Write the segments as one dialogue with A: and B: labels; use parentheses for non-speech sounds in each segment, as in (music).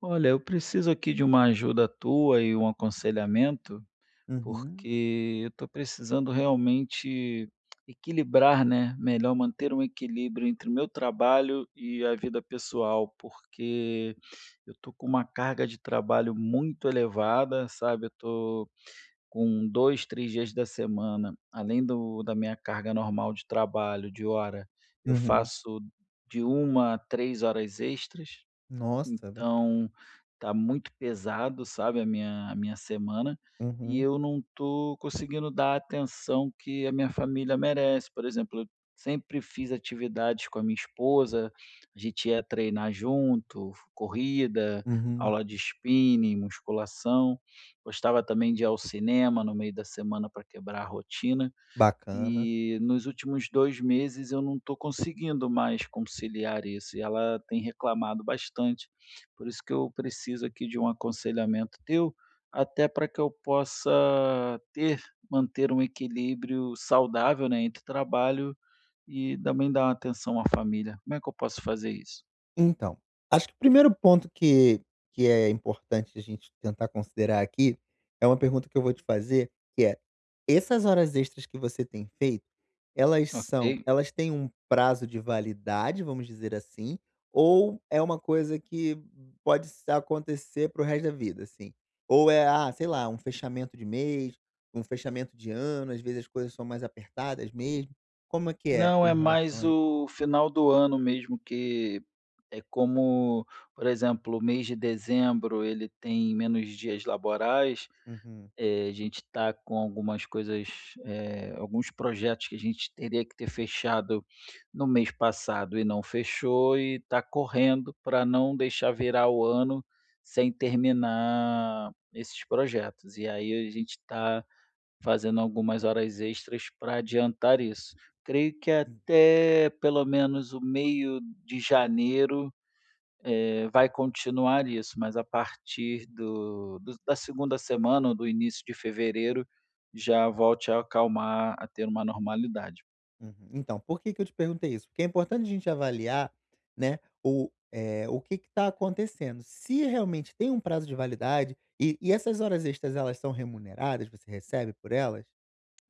A: Olha, eu preciso aqui de uma ajuda tua e um aconselhamento,
B: Uhum,
A: porque eu estou precisando realmente equilibrar, né? Melhor manter um equilíbrio entre o meu trabalho e a vida pessoal, porque eu estou com uma carga de trabalho muito elevada, sabe? Eu estou com 2, 3 dias da semana, além da minha carga normal de trabalho, de hora, eu
B: uhum.
A: faço de 1 a 3 horas extras
B: Nossa, ba
A: então, tá muito pesado, sabe, a minha semana, e
B: uhum,
A: eu não tô conseguindo dar a atenção que a minha família merece. Por exemplo, eu sempre fiz atividades com a minha esposa, a gente ia treinar junto, corrida,
B: uhum.
A: aula de spinning, musculação. Gostava também de ir ao cinema no meio da semana para quebrar a rotina.
B: Bacana.
A: E nos últimos 2 meses eu não estou conseguindo mais conciliar isso, e ela tem reclamado bastante. Por isso que eu preciso aqui de um aconselhamento teu, até para que eu possa ter manter um equilíbrio saudável, né, entre trabalho e também dar uma atenção à família. Como é que eu posso fazer isso?
B: Então, acho que o primeiro ponto que é importante a gente tentar considerar aqui, é uma pergunta que eu vou te fazer, que é: essas horas extras que você tem feito, elas são
A: Ok?
B: elas têm um prazo de validade, vamos dizer assim, ou é uma coisa que pode s acontecer para o resto da vida, assim? Ou é, sei lá, um fechamento de mês, um fechamento de ano, às vezes as coisas são mais apertadas mesmo. Como é que é
A: Não, é
B: em relação
A: mais
B: a isso?
A: o final do ano mesmo que é como, por exemplo, o mês de dezembro ele tem menos dias laborais,
B: Uhum.
A: a gente está com algumas coisas, alguns projetos que a gente teria que ter fechado no mês passado e não fechou e está correndo para não deixar virar o ano sem terminar esses projetos. E aí a gente está fazendo algumas horas extras para adiantar isso. Creio que até pelo menos o meio de janeiro, vai continuar isso, mas a partir do do da segunda semana ou do início de fevereiro, já volte a acalmar, a ter uma normalidade.
B: Uhum. Então, por que que eu te perguntei isso? Porque é importante a gente avaliar, né, o que está acontecendo. Se realmente tem um prazo de validade e essas horas extras, elas são remuneradas? Você recebe por elas?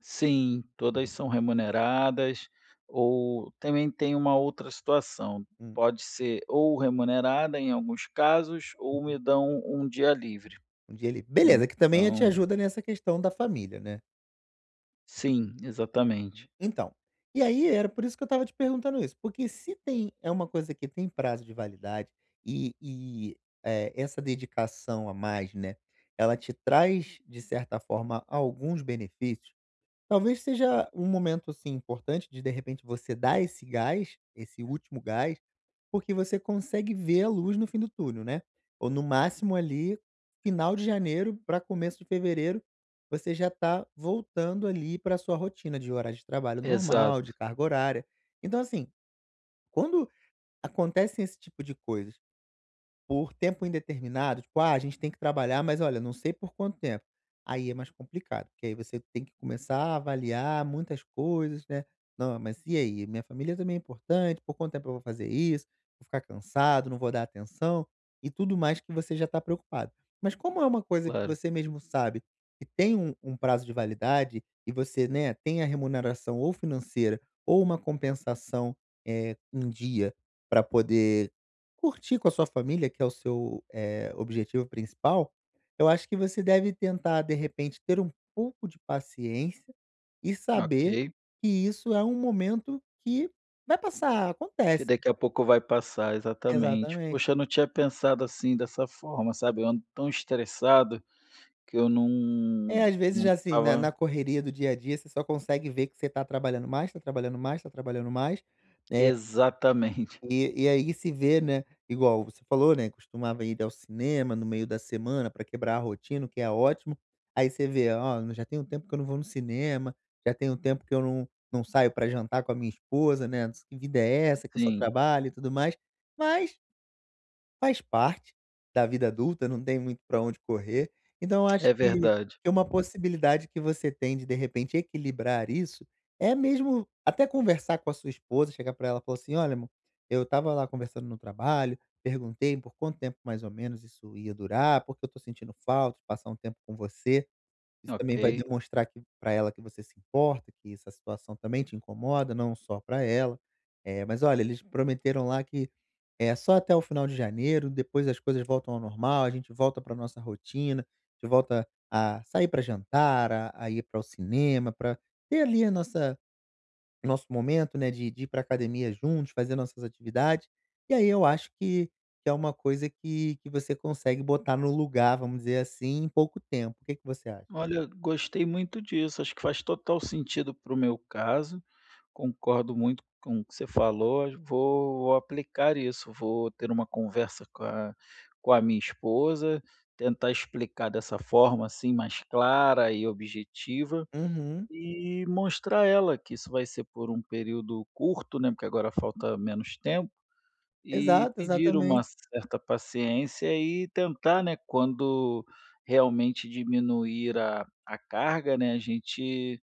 A: Sim, todas
B: Uhum.
A: são remuneradas ou também tem uma outra situação,
B: Hum,
A: pode ser ou remunerada em alguns casos ou me
B: uhum.
A: dão um dia livre,
B: Um dia ele... Beleza, que também te
A: então.
B: ajuda nessa questão da família, né?
A: Sim, exatamente.
B: Então, e aí era por isso que eu estava te perguntando isso, porque se tem é uma coisa que tem prazo de validade e e, essa dedicação a mais, né, ela te traz, de certa forma, alguns benefícios, talvez seja um momento, assim, importante de repente você dar esse gás, esse último gás, porque você consegue ver a luz no fim do túnel, né. Ou no máximo ali, final de janeiro para começo de fevereiro, você já está voltando ali para sua rotina de horário de trabalho normal,
A: Exato,
B: de carga horária. Então assim, quando acontecem esse tipo de coisas por tempo indeterminado, tipo: "Ah, a gente tem que trabalhar, mas olha, não sei por quanto tempo". Aí é mais complicado, porque aí você tem que começar a avaliar muitas coisas, né. "Não, mas e aí? Minha família também é importante, por quanto tempo eu vou fazer isso? Vou ficar cansado, não vou dar atenção", e tudo mais que você já está preocupado. Mas como é uma coisa que
A: claro.
B: você mesmo sabe que tem um prazo de validade e você, né, tem a remuneração ou financeira ou uma compensação, em dia para poder curtir com a sua família, que é o seu, objetivo principal, eu acho que você deve tentar, de repente, ter um pouco de paciência e saber
A: Ok,
B: que isso é um momento que vai passar,
A: que
B: acontece.
A: daqui a pouco vai passar, exatamente.
B: Exatamente.
A: Poxa, eu não tinha pensado assim, dessa forma, sabe, eu ando tão estressado que eu não
B: É, às vezes,
A: não
B: já assim, na
A: estava,
B: na correria do dia a dia, você só consegue ver que você está trabalhando mais, está trabalhando mais, está trabalhando mais.
A: exatamente.
B: E aí se vê, né, igual você falou, né, costumava ir ao cinema no meio da semana para quebrar a rotina, o que é ótimo. Aí você vê: "Ó, já tem um tempo que eu não vou no cinema, já tem um tempo que eu não saio para jantar com a minha esposa, né, que vida é essa
A: (laughs)
B: que eu só
A: Sim,
B: trabalho e tudo mais". Mas faz parte da vida adulta, não tem muito para onde correr. Então eu acho
A: é
B: que
A: verdade.
B: que uma possibilidade que você tem de repente, equilibrar isso, é mesmo até conversar com a sua esposa, chegar para ela e falar assim: "Olha, amor, eu tava lá conversando no trabalho, perguntei por quanto tempo mais ou menos isso ia durar, porque eu tô sentindo falta de passar um tempo com você". Isso também vai
A: Ok.
B: demonstrar que para ela que você se importa, que essa situação também te incomoda, não só para ela. Mas olha, eles prometeram lá que é só até o final de janeiro, depois as coisas voltam ao normal, a gente volta para nossa rotina, a gente volta a sair para jantar, a ir para o cinema, para ter ali a nossa o nosso momento, né, de ir para academia juntos, fazer nossas atividades. E aí eu acho que é uma coisa que você consegue botar no lugar, vamos dizer assim, em pouco tempo. O que que você acha?
A: Olha, gostei muito disso, acho que faz total sentido para o meu caso. Concordo muito com o que você falou, acho vou aplicar isso, vou ter uma conversa com a minha esposa, tentar explicar dessa forma, assim, mais clara e objetiva,
B: Uhum.
A: e mostrar a ela que isso vai ser por um período curto, né, porque agora falta menos tempo, e
B: Exato,
A: pedir uma
B: exatamente.
A: certa paciência e tentar, né, quando realmente diminuir a carga, né, a gente,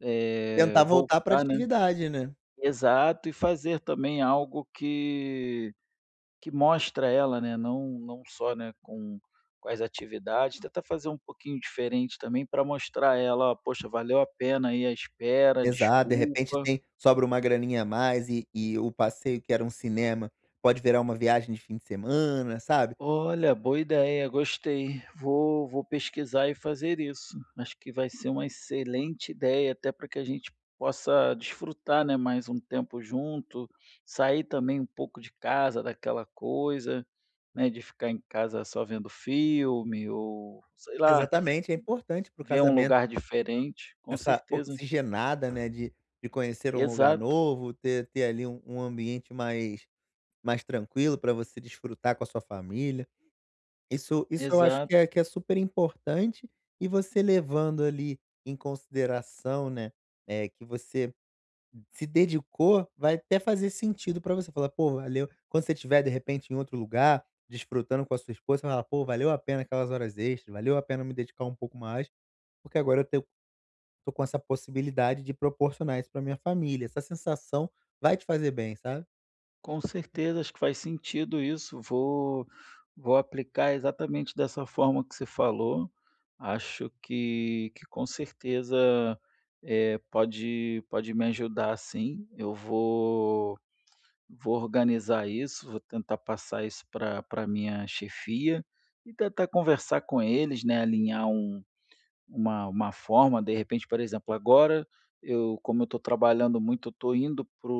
B: Tentar voltar para
A: voltar, né.
B: atividade, né.
A: Exato, e fazer também algo que mostra ela, né, não só, né, com as atividades, tentar fazer um pouquinho diferente também para mostrar a ela: ó, "Poxa, valeu a pena aí a espera,
B: Exato, de repente
A: desculpa".
B: tem sobra uma graninha a mais e o passeio que era um cinema pode virar uma viagem de fim de semana, sabe.
A: Olha, boa ideia, gostei. Vou pesquisar e fazer isso. Acho que vai ser uma excelente ideia, até para que a gente possa desfrutar, né, mais um tempo junto, sair também um pouco de casa, daquela coisa, né, de ficar em casa só vendo filme ou, sei lá,
B: Exatamente, é importante para o
A: ver um
B: casamento
A: lugar diferente, com
B: essa
A: certeza.
B: oxigenada, né, de conhecer um lugar
A: Exato,
B: novo, ter ter ali um ambiente mais mais tranquilo para você desfrutar com a sua família. Isso isso eu acho
A: exato.
B: que é super importante e você levando ali em consideração, né, que você se dedicou, vai até fazer sentido pra você, falar: "Pô, valeu". Quando você estiver, de repente, em outro lugar, desfrutando com a sua esposa, você vai falar: "Pô, valeu a pena aquelas horas extras, valeu a pena me dedicar um pouco mais, porque agora eu tenho tô com essa possibilidade de proporcionar isso pra minha família". Essa sensação vai te fazer bem, sabe?
A: Com certeza, acho que faz sentido isso. Vou aplicar exatamente dessa forma que você falou. Acho que com certeza, é pode me ajudar sim. Eu vou organizar isso, vou tentar passar isso para minha chefia e tentar conversar com eles, né, alinhar uma forma, de repente, por exemplo, agora eu como eu estou trabalhando muito, eu estou indo para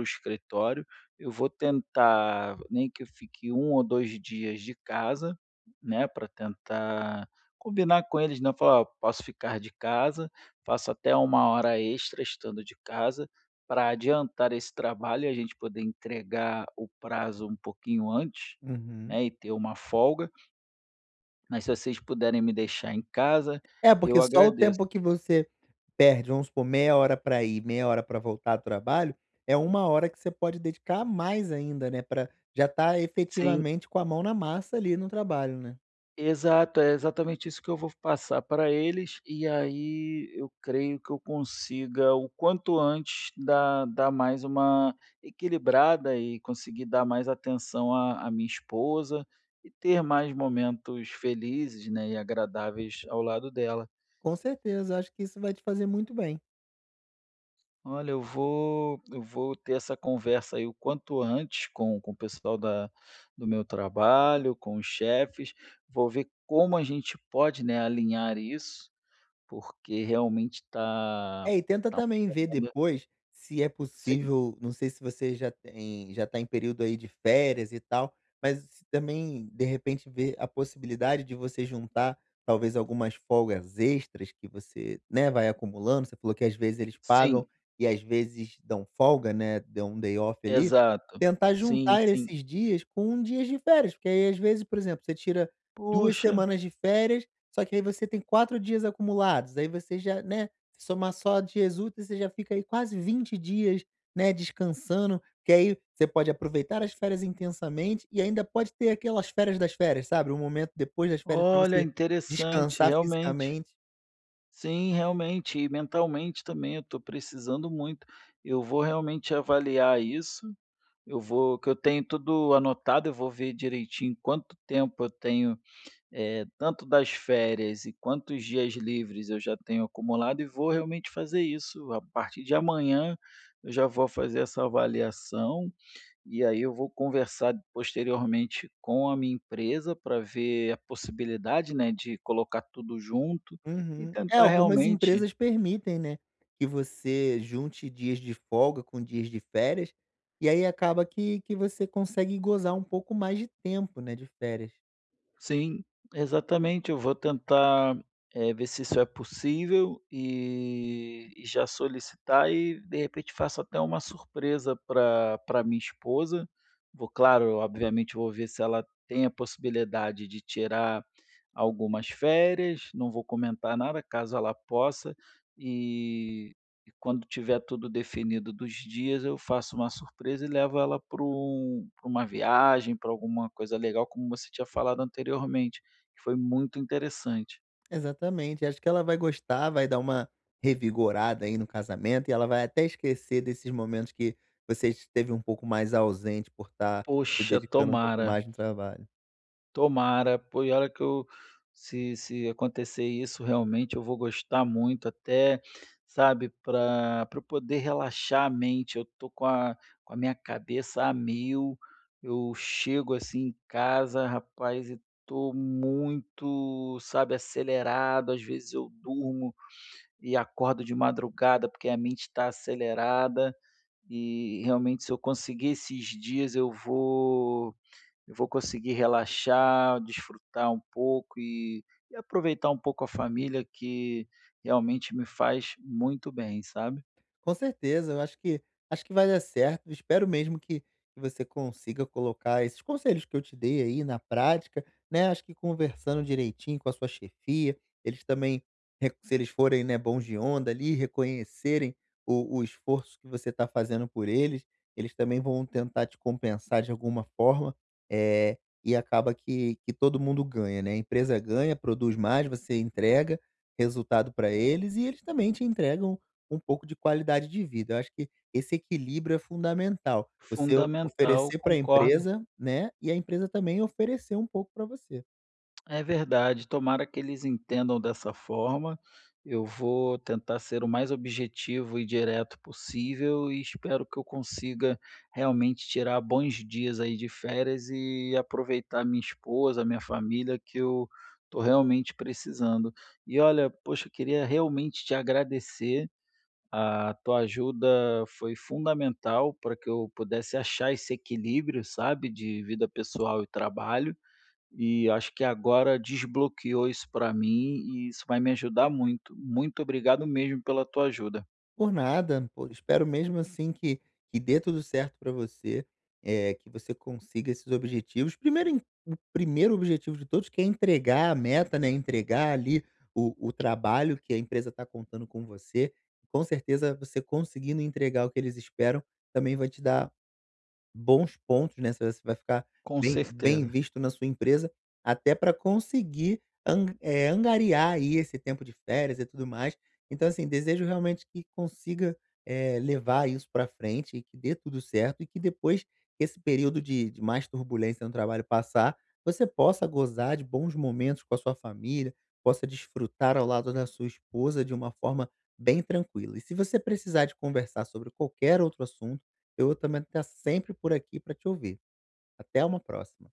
A: o escritório, eu vou tentar, nem que eu fique 1 ou 2 dias de casa, né, para tentar combinar com eles, né, falar: "Ó, posso ficar de casa, faço até 1 hora extra estando de casa, para adiantar esse trabalho e a gente poder entregar o prazo um pouquinho antes,
B: Uhum.
A: né, e ter uma folga". Mas se vocês puderem me deixar em casa,
B: É,
A: eu
B: porque só o
A: agradeço.
B: tempo que você perde, vamos supor, meia hora para ir, meia hora para voltar do trabalho, é uma hora que você pode dedicar a mais ainda, né, para já tá
A: Sim,
B: efetivamente com a mão na massa ali no trabalho, né.
A: exato, é exatamente isso que eu vou passar para eles, e aí eu creio que eu consiga, o quanto antes, dar mais uma equilibrada e conseguir dar mais atenção à minha esposa e ter mais momentos felizes, né, e agradáveis ao lado dela.
B: Com certeza, acho que isso vai te fazer muito bem.
A: Olha, eu vou ter essa conversa aí o quanto antes com o pessoal da do meu trabalho, com os chefes. Vou ver como a gente pode, né, alinhar isso, porque realmente está
B: É, e tenta
A: tá
B: também
A: uma
B: ver
A: demanda.
B: depois se é
A: Sim,
B: possível, não sei se você já tem, já tá em período aí de férias e tal, mas se também de repente ver a possibilidade de você juntar talvez algumas folgas extras que você, né, vai acumulando, você falou que às vezes eles pagam
A: sim,
B: e às vezes dão folga, né, dão um day off ali,
A: exato.
B: tentar
A: Sim,
B: juntar
A: sim.
B: esses dias com dias de férias, porque aí às vezes, por exemplo, você tira 2
A: Poxa,
B: semanas de férias, só que aí você tem 4 dias acumulados, aí você já, né, se somar só dias úteis, você já fica aí quase 20 dias, né, descansando, que aí você pode aproveitar as férias intensamente e ainda pode ter aquelas férias das férias, sabe, um momento depois das férias para
A: olha,
B: você
A: interessante,
B: descansar
A: realmente.
B: fisicamente.
A: Sim, realmente, e mentalmente também eu estou precisando muito. Eu vou realmente avaliar isso. Eu vou Que eu tenho tudo anotado, eu vou ver direitinho quanto tempo eu tenho, tanto das férias e quantos dias livres eu já tenho acumulado e vou realmente fazer isso. A partir de amanhã eu já vou fazer essa avaliação, e aí eu vou conversar posteriormente com a minha empresa para ver a possibilidade, né, de colocar tudo junto e
B: Uhum. É,
A: tentar
B: algumas
A: realmente.
B: empresas permitem, né, que você junte dias de folga com dias de férias, e aí acaba que você consegue gozar um pouco mais de tempo, né, de férias.
A: Sim, exatamente. Eu vou tentar, ver se isso é possível e já solicitar e, de repente, faço até uma surpresa para minha esposa. Vou claro, obviamente, vou ver se ela tem a possibilidade de tirar algumas férias, não vou comentar nada, caso ela possa, e quando tiver tudo definido dos dias, eu faço uma surpresa e levo ela para uma viagem, para alguma coisa legal, como você tinha falado anteriormente, que foi muito interessante.
B: Exatamente, acho que ela vai gostar, vai dar uma revigorada aí no casamento e ela vai até esquecer desses momentos que você esteve um pouco mais ausente por estar se
A: Poxa,
B: dedicando um pouco
A: tomara.
B: mais no trabalho.
A: Tomara, pô, e olha que eu se acontecer isso, realmente eu vou gostar muito até, sabe, para pra eu poder relaxar a mente, eu tô com a minha cabeça a mil, eu chego, assim, em casa, rapaz, e tô muito, sabe, acelerado, às vezes eu durmo e acordo de madrugada, porque a mente está acelerada, e realmente se eu conseguir esses dias eu vou conseguir relaxar, desfrutar um pouco e aproveitar um pouco a família, que realmente me faz muito bem, sabe.
B: Com certeza, eu acho que vai dar certo. Espero mesmo que você consiga colocar esses conselhos que eu te dei aí na prática, né? Acho que conversando direitinho com a sua chefia, eles também, se eles forem né, bons de onda ali, reconhecerem o esforço que você está fazendo por eles, eles também vão tentar te compensar de alguma forma. É, e acaba que todo mundo ganha, né? A empresa ganha, produz mais, você entrega resultado para eles e eles também te entregam um pouco de qualidade de vida. Eu acho que esse equilíbrio é fundamental. Você o
A: Fundamental,
B: oferecer para a
A: concordo.
B: empresa, né, e a empresa também oferecer um pouco para você.
A: É verdade, tomara que eles entendam dessa forma. Eu vou tentar ser o mais objetivo e direto possível e espero que eu consiga realmente tirar bons dias aí de férias e aproveitar minha esposa, minha família, que eu estou realmente precisando. E olha, poxa, eu queria realmente te agradecer. A tua ajuda foi fundamental para que eu pudesse achar esse equilíbrio, sabe, de vida pessoal e trabalho. E acho que agora desbloqueou isso para mim e isso vai me ajudar muito. Muito obrigado mesmo pela tua ajuda,
B: Por nada, pô, espero mesmo assim que dê tudo certo para você, é que você consiga esses objetivos. Primeiro em O primeiro objetivo de todos que é entregar a meta, né, entregar ali o trabalho que a empresa está contando com você. Com certeza você conseguindo entregar o que eles esperam, também vai te dar bons pontos, né, você vai ficar
A: com
B: bem bem
A: certeza.
B: visto na sua empresa, até para conseguir angariar aí esse tempo de férias e tudo mais. Então assim, desejo realmente que consiga, levar isso para frente e que dê tudo certo e que depois que esse período de mais turbulência no trabalho passar, você possa gozar de bons momentos com a sua família, possa desfrutar ao lado da sua esposa de uma forma bem tranquila. E se você precisar de conversar sobre qualquer outro assunto eu também estar sempre por aqui para te ouvir. Até uma próxima.